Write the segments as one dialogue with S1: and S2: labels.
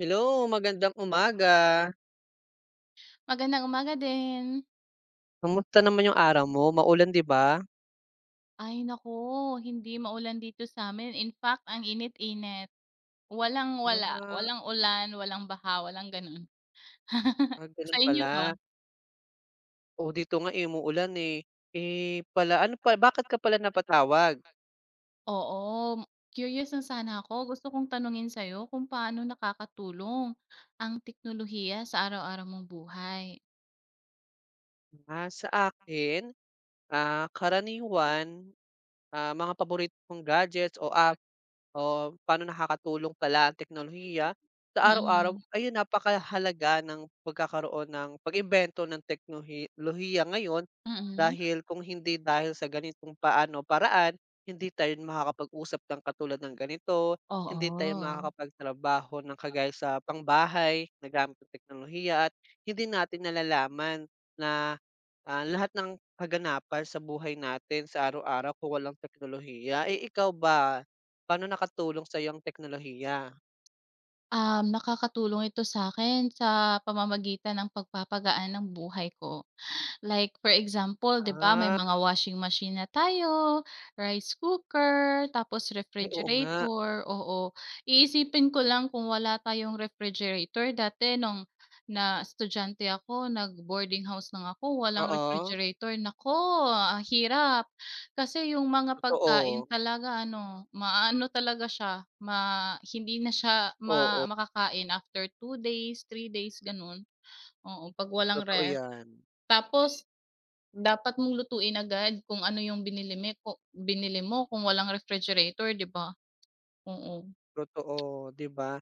S1: Hello, magandang umaga.
S2: Magandang umaga din.
S1: Kamusta naman yung araw mo? Maulan 'di ba?
S2: Ay naku, hindi maulan dito sa'min. In fact, ang init-init. Walang-wala,
S1: Ah,
S2: walang ulan, walang baha, walang gano'n. Sa
S1: gano'n
S2: inyo ba?
S1: pala. Oo, dito nga, eh, umuulan, eh. Eh, pala ano pa bakit ka pala napatawag?
S2: Oo, curious lang sana ako. Gusto kong tanungin sa'yo kung paano nakakatulong ang teknolohiya sa araw-araw mong buhay?
S1: Sa akin, karaniwan mga paborito kong gadgets o app o paano nakakatulong pala ang teknolohiya sa araw-araw,
S2: Mm,
S1: ayun napakahalaga ng pagkakaroon ng pag-imbento ng teknolohiya ngayon
S2: mm.
S1: dahil kung hindi dahil sa ganitong paano paraan, hindi tayo makakapag-usap ng katulad ng ganito, hindi tayo
S2: Oo.
S1: makakapagtrabaho ng kagaya sa pangbahay na gamit ang teknolohiya at hindi natin nalalaman na, lahat ng kaganapan sa buhay natin sa araw-araw kung walang teknolohiya. Eh, ikaw ba, paano nakatulong sa ang teknolohiya?
S2: Nakakatulong ito sa akin sa pamamagitan ng pagpapagaan ng buhay ko. Like for example, 'di ba may
S1: Ah,
S2: mga washing machine na tayo, rice cooker, tapos
S1: ay oo nga.
S2: refrigerator, oo. Iisipin ko lang kung wala tayong refrigerator dati nung na estudyante ako, nag-boarding house lang ako, walang
S1: Oo,
S2: refrigerator, naku ang hirap. Kasi yung mga pagkain
S1: totoo.
S2: talaga ano, maano talaga siya, hindi na siya ma
S1: Oo,
S2: makakain after 2 days, 3 days, gano'n. Oo, 'pag walang
S1: totoo
S2: ref.
S1: 'yan.
S2: Tapos dapat mong lutuin agad kung ano yung binili mi ko binili mo kung walang refrigerator, 'di ba? Oo.
S1: Totoo, 'di ba?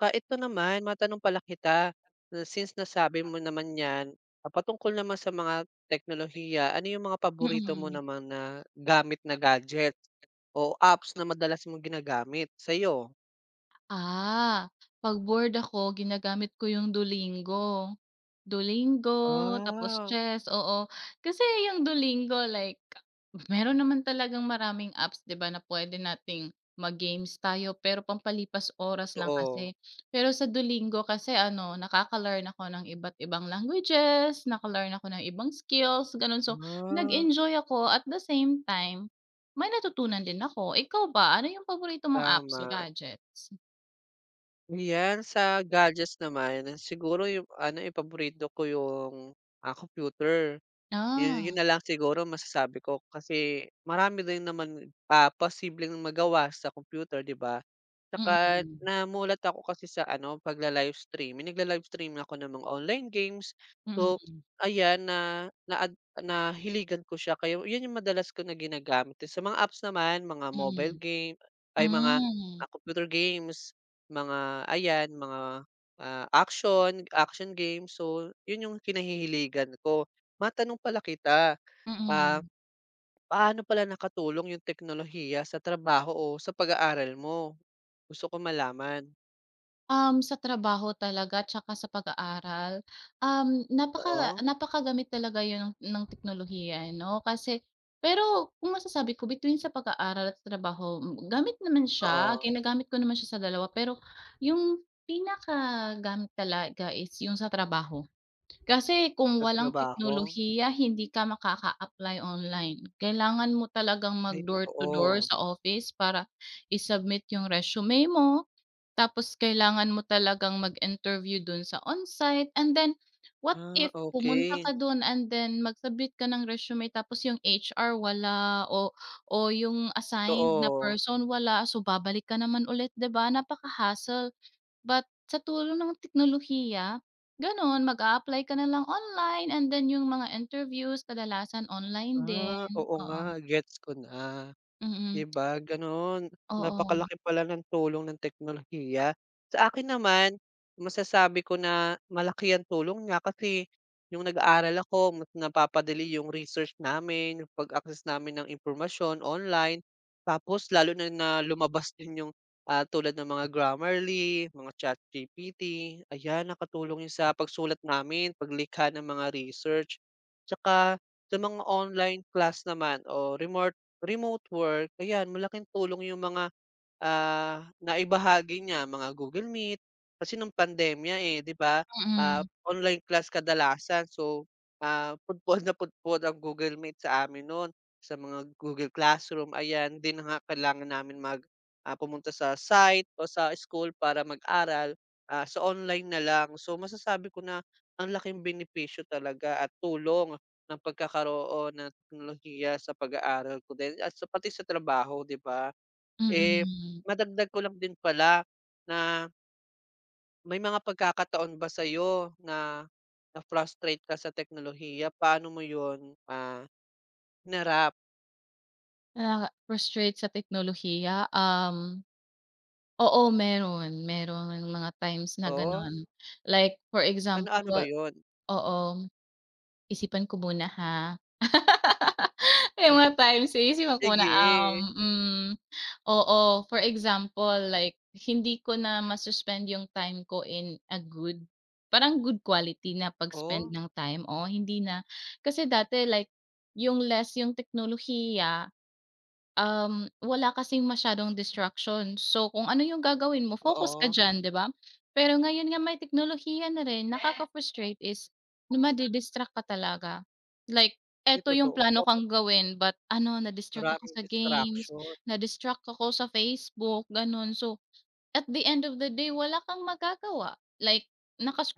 S1: Ka ito naman, matanong pala kita, na since nasabi mo naman 'yan, patungkol naman sa mga teknolohiya, ano yung mga paborito mo
S2: Mm.
S1: naman na gamit na gadgets o apps na madalas mong ginagamit sa'yo?
S2: Ah, 'pag bored ako ginagamit ko yung Duolingo. Duolingo, tapos
S1: Ah,
S2: chess, oo. Kasi yung Duolingo like meron naman talagang maraming apps 'di ba na pwede nating mag-games tayo pero pampalipas oras lang
S1: totoo.
S2: kasi. Pero sa Duolingo kasi ano nakaka-learn ako ng iba't ibang languages, naka-learn ako ng ibang skills gano'n. So,
S1: Ah,
S2: nag-enjoy ako at the same time, may natutunan din ako. Ikaw ba, ano yung paborito mong apps o
S1: tama.
S2: gadgets?
S1: Ayan, sa gadgets naman, siguro yung ano, eh, ko yung, computer. Yun yun
S2: Ah,
S1: na lang siguro masasabi ko kasi marami din naman, posibleng magawa sa computer, 'di ba? Tsaka
S2: mm,
S1: namulat ako kasi sa ano, pagla-livestreaming. Nagla-livestream ako ng mga online games. So,
S2: mm,
S1: ayan na naad nahiligan ko siya kaya yun yung madalas ko na ginagamit. Sa mga apps naman, mga mobile
S2: mm,
S1: game ay mga,
S2: hmm,
S1: computer games, mga ayan, mga, action action games. So, yun yung kinahihiligan ko. Matanong pala kita, ah,
S2: mm.
S1: paano pala nakatulong yung teknolohiya sa trabaho o sa pag-aaral mo? Gusto ko malaman.
S2: Sa trabaho talaga tsaka sa pag-aaral, um, napaka
S1: Oo,
S2: napakagamit talaga yun ng teknolohiya, eh, 'no? Kasi pero kung masasabi ko between sa pag-aaral at trabaho, gamit naman siya,
S1: oo,
S2: ginagamit ko naman siya sa dalawa pero yung pinakagamit talaga is yung sa trabaho. Kasi kung
S1: sa
S2: walang
S1: trabaho.
S2: teknolohiya hindi ka makaka-apply online. Kailangan mo talagang
S1: Ay
S2: mag door to door
S1: totoo.
S2: sa office para i-submit yung resume mo, tapos kailangan mo talagang mag-interview dun sa onsite and then what
S1: Ah,
S2: if pumunta
S1: okey.
S2: ka dun and then mag-submit ka ng resume tapos yung HR wala o o yung assigned na
S1: Totoo.
S2: person wala, so babalik ka naman ulit 'di ba, napaka-hassle. But sa tulong ng teknolohiya, gano'n mag-a-apply ka na lang online and then yung mga interviews kadalasan online
S1: Ah,
S2: din,
S1: oo
S2: oo.
S1: nga, gets ko na. 'Di
S2: Mm,
S1: ba gano'n?
S2: oo,
S1: Napakalaki pala ng tulong ng teknolohiya. Sa akin naman, masasabi ko na malaki ang tulong niya kasi yung nag-aaral ako mas napapadali yung research namin, yung pag-access namin ng impormasyon online. Tapos lalo na na lumabas din yung, tulad ng mga Grammarly, mga ChatGPT, ayan nakatulong yun sa pagsulat namin, paglikha ng mga research. Tsaka sa mga online class naman o remote Remote work, ayan malaking tulong yung mga naibahagi niya mga Google Meet, kasi nung pandemya, eh, 'di ba,
S2: mm,
S1: online class kadalasan. So, pudpud na pudpud ang Google Meet sa amin no'n, sa mga Google Classroom, ayan. 'Di na nga kailangan namin mag, pumunta sa site o sa school para mag-aral, so online na lang. So, masasabi ko na ang laking benepisyo talaga at tulong ng pagkakaroon ng teknolohiya sa pag-aaral ko din at sa pati sa trabaho, 'di ba? Eh,
S2: mm.
S1: madagdag ko lang din pala na may mga pagkakataon ba sa'yo na na-frustrate ka sa teknolohiya? Paano mo 'yun, hinarap?
S2: Nakaka-frustrate sa teknolohiya, oo meron mga times na
S1: Oo,
S2: gano'n. Like for
S1: ano-ano ba
S2: example
S1: 'yun?
S2: oo. Isipan ko muna ha. Yung mga times iisipan ko muna,
S1: Sige,
S2: oo, for example, like hindi ko na ma-suspend yung time ko in a good parang good quality na pag-spend
S1: oh,
S2: ng time, oo, hindi na. Kasi dati like yung less yung teknolohiya. Wala kasing masyadong distraction. So, kung ano yung gagawin mo focus ka
S1: oo.
S2: diyan, 'di ba? Pero ngayon nga may teknolohiya na rin, nakaka-frustrate is nadi-distract ka talaga. Like,
S1: Ay
S2: eto yung
S1: totoo,
S2: plano kang gawin but ano, na-distract ako
S1: maraming
S2: sa games,
S1: distraction.
S2: na-distract ako sa Facebook, gano'n. So, at the end of the day wala kang magagawa. Like,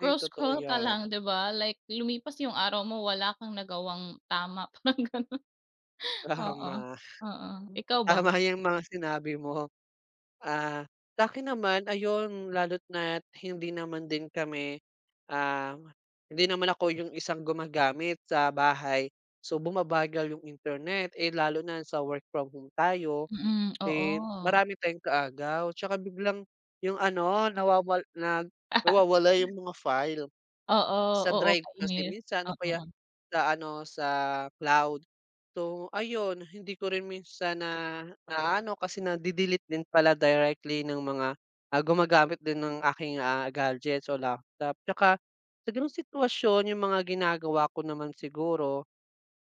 S1: Ay totoo
S2: ka
S1: 'yan,
S2: lang, 'di ba? Like, lumipas yung araw mo wala kang nagawang tama, parang gano'n. Oo,
S1: tama.
S2: oo. Ikaw ba?
S1: Tama yung mga sinabi mo. Ah, Sa'kin naman ayun lalo't na't hindi naman din kami, um, hindi naman ako yung isang gumagamit sa bahay. So, bumabagal yung internet, eh, lalo na sa work from home tayo,
S2: Mm, oo.
S1: eh, marami tayong kaagaw. Tsaka biglang yung ano nawawala yung mga file.
S2: Oo,
S1: Sa
S2: oo,
S1: drive kasi
S2: kainis.
S1: minsan o kaya
S2: Oo,
S1: sa ano, sa cloud. So ayun, hindi ko rin minsan na naano kasi nade-delete din pala directly ng mga, gumagamit din ng aking, gadgets o laptop. Tsaka sa gano'ng sitwasyon yung mga ginagawa ko naman siguro.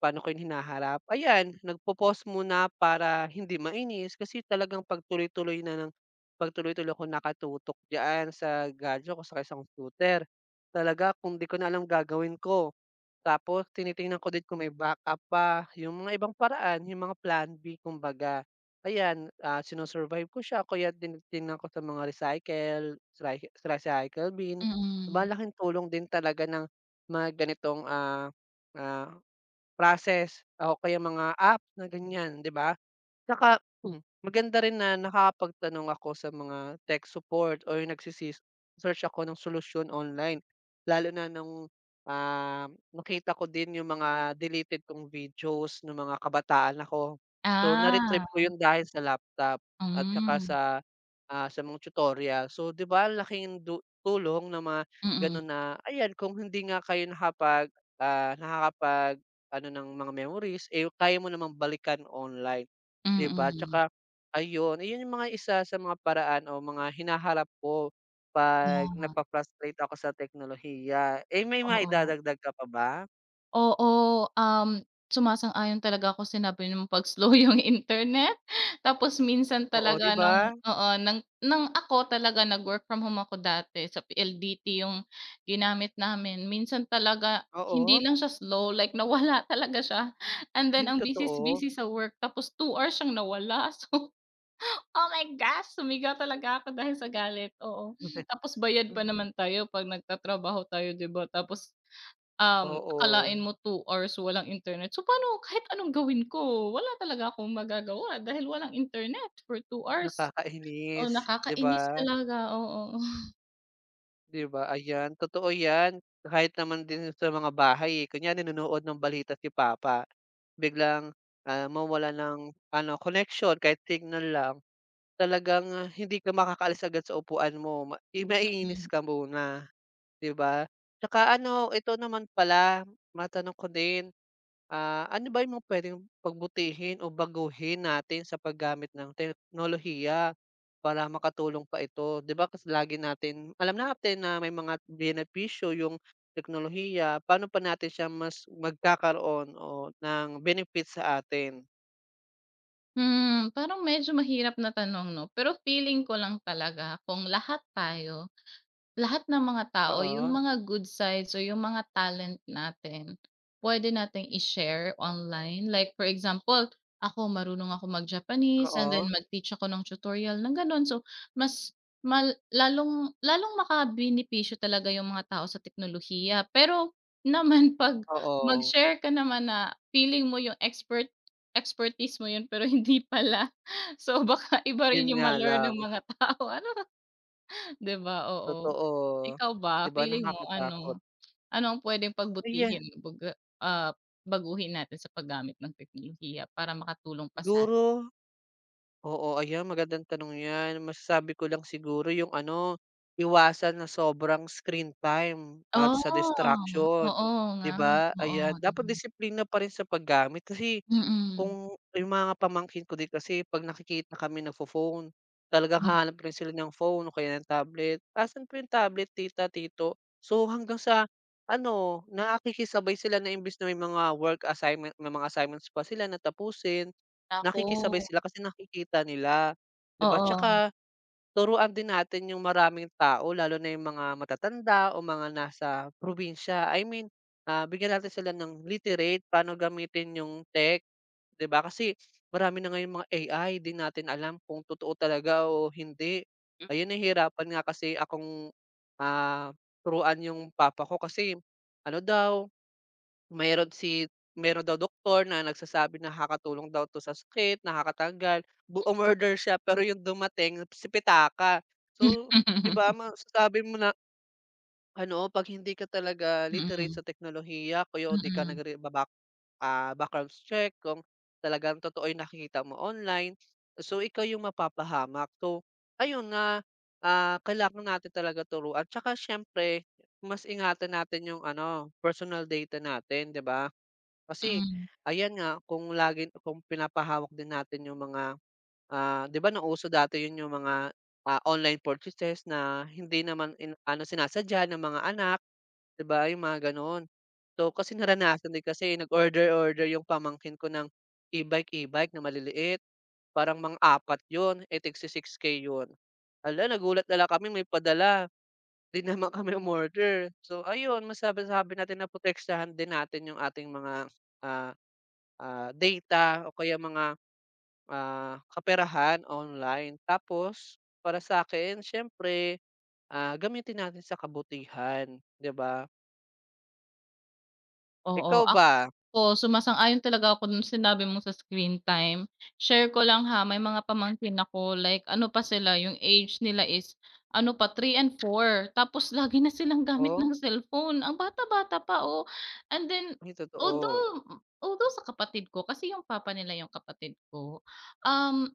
S1: Paano ko yun hinaharap? Ayan, nagpo-pause muna para hindi mainis kasi talagang pagtuloy-tuloy na ng pagtuloy-tuloy ako nakatutok diyan sa gadget ko saka sa isang computer. Talaga kung 'di ko na alam gagawin ko, tapos tinitingnan ko din kung may backup pa, yung mga ibang paraan, yung mga plan B kumbaga. Ayan, sino-survive ko siya kaya tinitingnan ko sa mga ry recycle bin.
S2: mm.
S1: Malaking tulong din talaga ng mga ganitong, ah process o kaya mga app na ganyan, 'di ba? Tsaka maganda rin na nakakapagtanong ako sa mga tech support or search ako ng solusyon online. Lalo na nung, nakita ko din yung mga deleted kong videos ng mga kabataan ako. So, na-retrieve
S2: Ah,
S1: ko yun dahil sa laptop at tsaka
S2: hmm,
S1: sa, sa mga tutorial. So, 'di ba laking tulong ng mga
S2: mm, mm.
S1: gano'n na ayan kung hindi nga kayo nakakapag-ano ng mga memories, eh, kaya mo namang balikan online. 'Di ba? Tsaka ayun, ayun yung mga isa sa mga paraan o mga hinaharap ko 'pag
S2: Mm.
S1: napapa-frustrate ako sa teknolohiya. Eh, may
S2: Ah, oo.
S1: maidadagdag ka pa ba?
S2: Oo, sumasang-ayon talaga ako sinabi niyo pag-slow yung internet. Tapos minsan
S1: Oo, 'di
S2: talaga
S1: ba?
S2: oo, ng ako talaga nag-work from home ako dati sa PLDT yung ginamit namin. Minsan talaga hindi
S1: Oo,
S2: lang siya slow, like nawala talaga siya and then
S1: ay
S2: ang busy
S1: totoo.
S2: busy sa work tapos 2 hours siyang nawala. So, oh my gosh! Sumigaw talaga ako dahil sa galit, oo. Tapos bayad pa naman tayo 'pag nagtatrabaho tayo, 'di ba? Tapos
S1: Oo,
S2: akalain mo 2 hours walang internet. So, paano kahit anong gawin ko, wala talaga akong magagawa dahil walang internet for 2 hours. Oh,
S1: nakakainis, 'di ba?
S2: nakakainis talaga, oo.
S1: 'Di ba? Ayan, totoo 'yan. Kahit naman din sa mga bahay, eh, kunyari nanonood ng balita si papa, biglang, mawala ng ano, connection kahit signal lang. Talagang hindi ka makakaalis agad sa upuan mo, ma i maiinis
S2: Mm.
S1: ka muna, 'di ba? Tsaka ano, ito naman pala, matanong ko din, ano ba yung mga puwedeng pagbutihin o baguhin natin sa paggamit ng teknolohiya para makatulong pa ito? 'Di ba kasi lagi natin alam natin na may mga benepisyo yung teknolohiya, paano pa natin siya mas magkakaroon o ng benefit sa atin?
S2: Parang medyo mahirap na tanong 'no, pero feeling ko lang talaga kung lahat tayo lahat ng mga tao, yung
S1: Oo,
S2: mga good sides o yung mga talent natin, pwede nating i-share online. Like for example, ako marunong ako mag-Japanese and then
S1: oo,
S2: mag-teach ako ng tutorial ng gano'n. So, mas lalong lalong makabenepisyo talaga yung mga tao sa teknolohiya. Pero naman 'pag
S1: oo,
S2: mag-share ka naman na feeling mo yung expertise mo yun pero hindi pala. So, baka iba
S1: yun
S2: rin yung
S1: nga
S2: ma-learn ng
S1: lang.
S2: mga tao ano. 'Di ba, oo.
S1: Totoo.
S2: Ikaw
S1: 'Di
S2: ba,
S1: ba
S2: feeling mo
S1: nakakatakot.
S2: ano, ano ang puwedeng
S1: Aya
S2: pagbutihin baga ah, baguhin natin sa paggamit ng teknolohiya para makatulong pa sa
S1: Siguro oo, ayan magandang tanong 'yan. Masasabi ko lang siguro yung ano, iwasan na sobrang screen time at sa
S2: oo,
S1: distraction,
S2: oo
S1: 'di
S2: nga,
S1: ba?
S2: oo,
S1: Ayan,
S2: 'di
S1: dapat
S2: ba?
S1: disiplina pa rin sa paggamit kasi
S2: Mm,
S1: kung yung mga pamangkin ko din kasi 'pag nakikita kami nagfo-phone, talagang
S2: hmm,
S1: hahanap rin sila ng phone o kaya ng tablet, "Asan po yung tablet tita, tito?" So, hanggang sa ano, nakikisabay sila na imbes na may mga work assignment may mga assignments pa sila na tapusin,
S2: naku,
S1: nakikisabay sila kasi nakikita nila, 'di ba?
S2: oo.
S1: Tsaka turuan din natin yung maraming tao lalo na yung mga matatanda o mga nasa probinsya. I mean, bigyan natin sila ng literate, paano gamitin yung tech. 'Di ba kasi marami na ngayong mga AI, 'di natin alam kung totoo talaga o hindi. Ayun, nahihirapan nga kasi akong, ah, turuan yung papa ko kasi ano daw, mayroon si mayro'n daw doktor na nagsasabi na nakakatulong daw 'to sa sakit, nakakatanggal. Umorder siya pero yung dumating si pitaka. So, 'di ba masasabi mo na ano, 'pag hindi ka talaga
S2: Mm,
S1: literate
S2: mm,
S1: sa teknolohiya kuya o di ka
S2: mm,
S1: backgrounds check kung talagang totoo yung nakikita mo online. So, ikaw yung mapapahamak. So, ayun nga, kailangan natin talaga turuan tsaka siyempre mas ingatan natin yung ano, personal data natin, 'di ba? Kasi
S2: mm.
S1: ayan nga, kung lagi kung pinapahawak din natin yung mga, 'di ba nauso dati yun yung mga, online purchases na hindi naman ano, sinasadya ng mga anak. 'Di ba, yung mga gano'n. So, kasi naranasan din kasi nag-order-order yung pamangkin ko ng e-bike, e-bike na maliliit. Parang mga apat 'yun, eh, tig si-6K 'yun. Hala, nagulat na lang kami may padala, 'di naman kami umorder. So ayun, masabi-sabi natin na protektahan din natin yung ating mga, ah, data o kaya mga, kaperahan online. Tapos para sa'kin siyempre, gamitin natin sa kabutihan, 'di ba? Ikaw
S2: Oo, ak
S1: ba?
S2: Oo, sumasang-ayon talaga ako dun sinabi mo sa screen time. Share ko lang ha, may mga pamangkin ako like ano pa sila, yung age nila is ano pa 3 and 4 tapos lagi na silang gamit ng
S1: Oh,
S2: cellphone, ang bata-bata pa, oh. And then
S1: ay totoo.
S2: although although sa kapatid ko kasi yung papa nila yung kapatid ko, um,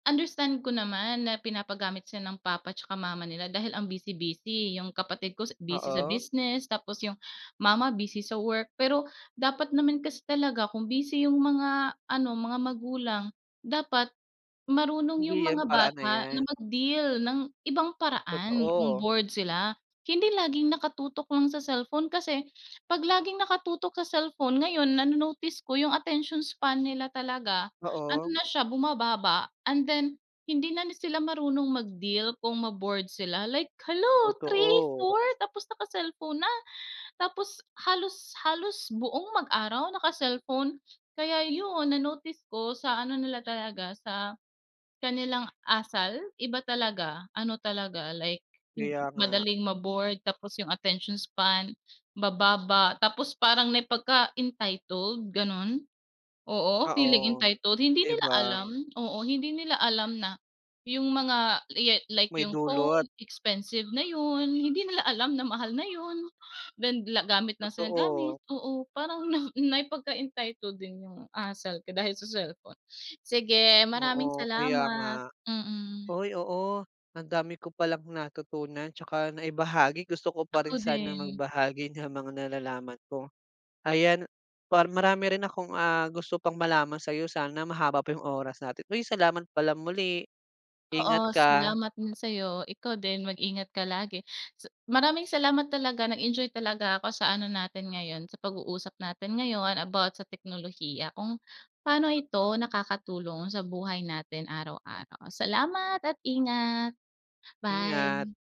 S2: understand ko naman na pinapagamit siya ng papa tsaka mama nila dahil ang busy-busy, yung kapatid ko busy sa
S1: Oo,
S2: business, tapos yung mama busy sa work. Pero dapat naman kasi talaga kung busy yung mga ano, mga magulang, dapat marunong
S1: hindi
S2: yung
S1: 'yan
S2: mga
S1: paraan na
S2: bata na
S1: 'yan.
S2: mag-deal ng ibang paraan kung
S1: Totoo,
S2: bored sila. Hindi laging nakatutok lang sa cellphone kasi 'pag laging nakatutok sa cellphone ngayon nano-notice ko yung attention span nila talaga ano
S1: oo,
S2: na siya bumababa and then hindi na sila marunong mag-deal kung ma-bored sila like, hello three
S1: totoo.
S2: four tapos naka-cellphone na, tapos halos halos buong mag-araw naka-cellphone." Kaya yun na-notice ko sa ano nila talaga sa kanilang asal iba talaga, ano talaga like hin
S1: Kaya nga,
S2: madaling ma-bored tapos yung attention span bababa tapos parang na pagka-entitled, gano'n. Oo, feeling
S1: oo,
S2: entitled. Hindi
S1: 'di
S2: nila
S1: ba?
S2: alam, oo, hindi nila alam na yung mga ye like
S1: May
S2: yung phone,
S1: dulot,
S2: expensive na yun. Hindi nila alam na mahal na yun. Then gamit lang sa gamit,
S1: totoo.
S2: oo. Parang na naipagka-entitled din yung asal ko dahil sa cellphone. Sige, maraming
S1: Oo, kaya nga.
S2: salamat. Mm,
S1: Uy, oo, ang dami ko palang natutunan tsaka naibahagi. Gusto ko pa
S2: ako
S1: rin sanang
S2: din.
S1: magbahagi ng mga nalalaman ko. Ayan, marami rin akong, gusto pang malaman sa'yo. Sana mahaba pa yung oras natin. Uy, salamat pala muli. Ingat
S2: Oo,
S1: ka,
S2: salamat din sa'yo. Ikaw din, mag-ingat ka lagi. Sa maraming salamat talaga, nag-enjoy talaga ako sa ano natin ngayon, sa pag-uusap natin ngayon about sa teknolohiya, kung paano ito nakakatulong sa buhay natin araw-araw. Salamat at ingat.
S1: ingat.
S2: Bye.